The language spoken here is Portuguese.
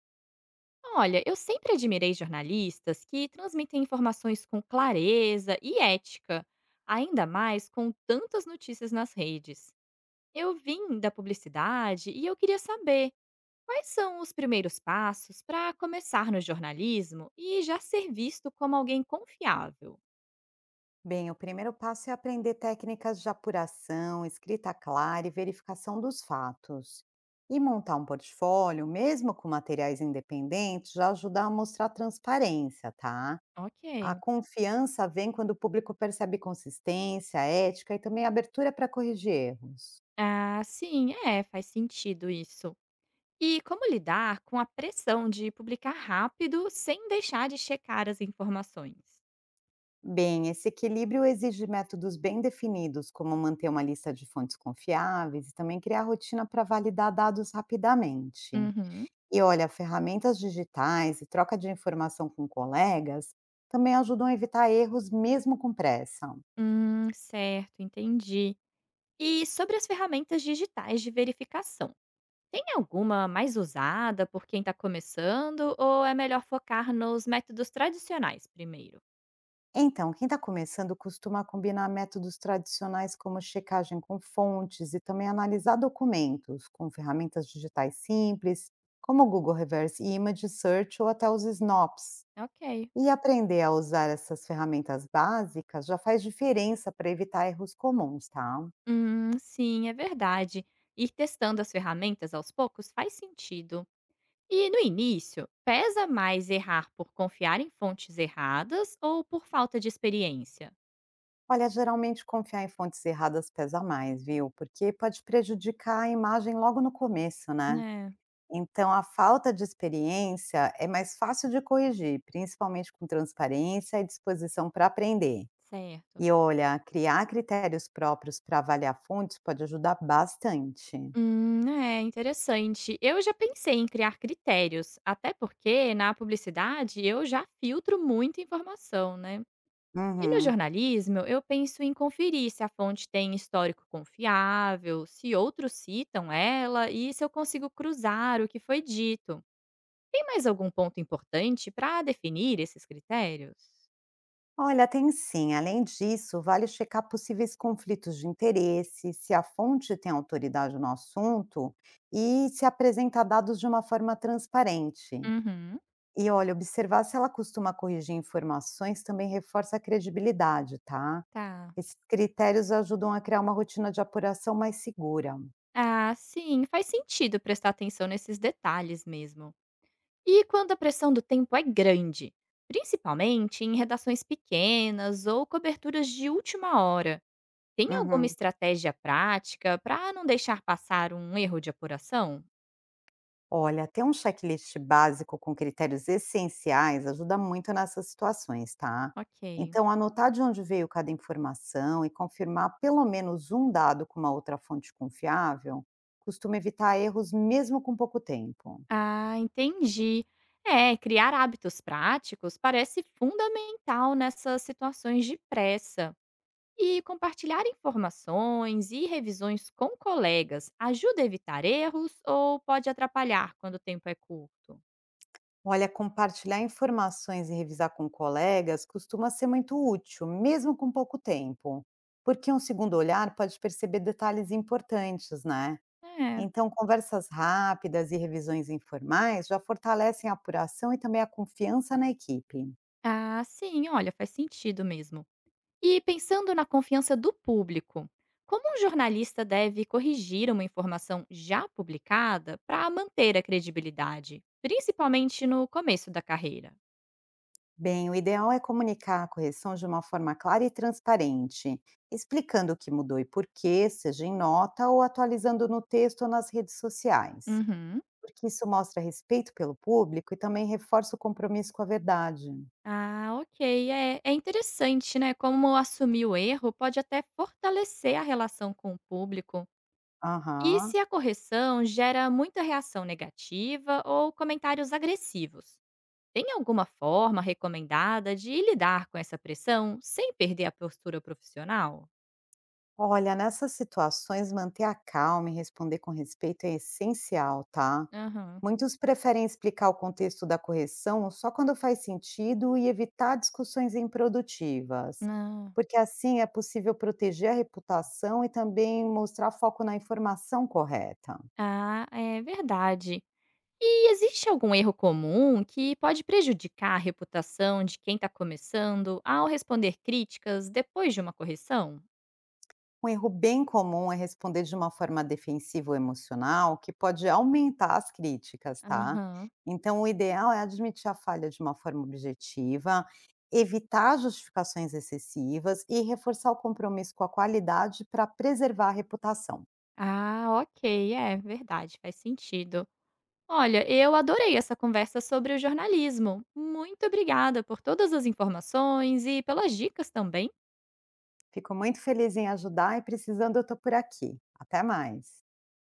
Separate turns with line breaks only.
Olha, eu sempre admirei jornalistas que transmitem informações com clareza e ética, ainda mais com tantas notícias nas redes. Eu vim da publicidade e eu queria saber quais são os primeiros passos para começar no jornalismo e já ser visto como alguém confiável.
Bem, o primeiro passo é aprender técnicas de apuração, escrita clara e verificação dos fatos. E montar um portfólio, mesmo com materiais independentes, já ajuda a mostrar transparência, tá? A
Ok.
confiança vem quando o público percebe consistência, ética e também abertura para corrigir erros.
Ah, sim, é, faz sentido isso. E como lidar com a pressão de publicar rápido sem deixar de checar as informações?
Bem, esse equilíbrio exige métodos bem definidos, como manter uma lista de fontes confiáveis e também criar rotina para validar dados rapidamente.
Uhum.
E olha, ferramentas digitais e troca de informação com colegas também ajudam a evitar erros mesmo com pressa.
Certo, entendi. E sobre as ferramentas digitais de verificação, tem alguma mais usada por quem está começando ou é melhor focar nos métodos tradicionais primeiro?
Então, quem está começando costuma combinar métodos tradicionais como checagem com fontes e também analisar documentos com ferramentas digitais simples, como o Google Reverse Image Search ou até os SNOPs.
Ok.
E aprender a usar essas ferramentas básicas já faz diferença para evitar erros comuns, tá?
Sim, é verdade. Ir testando as ferramentas aos poucos faz sentido. E no início, pesa mais errar por confiar em fontes erradas ou por falta de experiência?
Olha, geralmente confiar em fontes erradas pesa mais, viu? Porque pode prejudicar a imagem logo no começo, né?
É,
Então, a falta de experiência é mais fácil de corrigir, principalmente com transparência e disposição para aprender.
certo.
E olha, criar critérios próprios para avaliar fontes pode ajudar bastante.
É interessante. Eu já pensei em criar critérios, até porque na publicidade eu já filtro muita informação, né? E no
Uhum.
jornalismo, eu penso em conferir se a fonte tem histórico confiável, se outros citam ela e se eu consigo cruzar o que foi dito. Tem mais algum ponto importante para definir esses critérios?
Olha, tem sim. Além disso, vale checar possíveis conflitos de interesse, se a fonte tem autoridade no assunto e se apresenta dados de uma forma transparente.
Uhum,
E olha, observar se ela costuma corrigir informações também reforça a credibilidade, tá?
tá.
Esses critérios ajudam a criar uma rotina de apuração mais segura.
Ah, sim, faz sentido prestar atenção nesses detalhes mesmo. E quando a pressão do tempo é grande, principalmente em redações pequenas ou coberturas de última hora, tem alguma
Uhum.
estratégia prática para não deixar passar um erro de apuração?
Olha, ter um checklist básico com critérios essenciais ajuda muito nessas situações, tá?
Ok.
Então, anotar de onde veio cada informação e confirmar pelo menos um dado com uma outra fonte confiável costuma evitar erros mesmo com pouco tempo.
Ah, entendi. É, criar hábitos práticos parece fundamental nessas situações de pressa. E compartilhar informações e revisões com colegas ajuda a evitar erros ou pode atrapalhar quando o tempo é curto?
Olha, compartilhar informações e revisar com colegas costuma ser muito útil, mesmo com pouco tempo, porque um segundo olhar pode perceber detalhes importantes, né?
É,
Então, conversas rápidas e revisões informais já fortalecem a apuração e também a confiança na equipe.
ah, sim, olha, faz sentido mesmo. E pensando na confiança do público, como um jornalista deve corrigir uma informação já publicada para manter a credibilidade, principalmente no começo da carreira?
Bem, o ideal é comunicar a correção de uma forma clara e transparente, explicando o que mudou e por quê, seja em nota ou atualizando no texto ou nas redes sociais,
Uhum.
porque isso mostra respeito pelo público e também reforça o compromisso com a verdade.
Ah, ok. É, é interessante, né? Como assumir o erro pode até fortalecer a relação com o público. E
Aham.
se a correção gera muita reação negativa ou comentários agressivos? Tem alguma forma recomendada de lidar com essa pressão sem perder a postura profissional?
Olha, nessas situações, manter a calma e responder com respeito é essencial, tá?
Aham.
Muitos preferem explicar o contexto da correção só quando faz sentido e evitar discussões improdutivas,
Não.
porque assim é possível proteger a reputação e também mostrar foco na informação correta.
Ah, é verdade. E existe algum erro comum que pode prejudicar a reputação de quem está começando ao responder críticas depois de uma correção?
Um erro bem comum é responder de uma forma defensiva ou emocional, que pode aumentar as críticas, tá?
Aham.
Então, o ideal é admitir a falha de uma forma objetiva, evitar justificações excessivas e reforçar o compromisso com a qualidade para preservar a reputação.
Ah, ok. É verdade, faz sentido. Olha, eu adorei essa conversa sobre o jornalismo. Muito obrigada por todas as informações e pelas dicas também.
Fico muito feliz em ajudar e precisando eu estou por aqui. Até mais.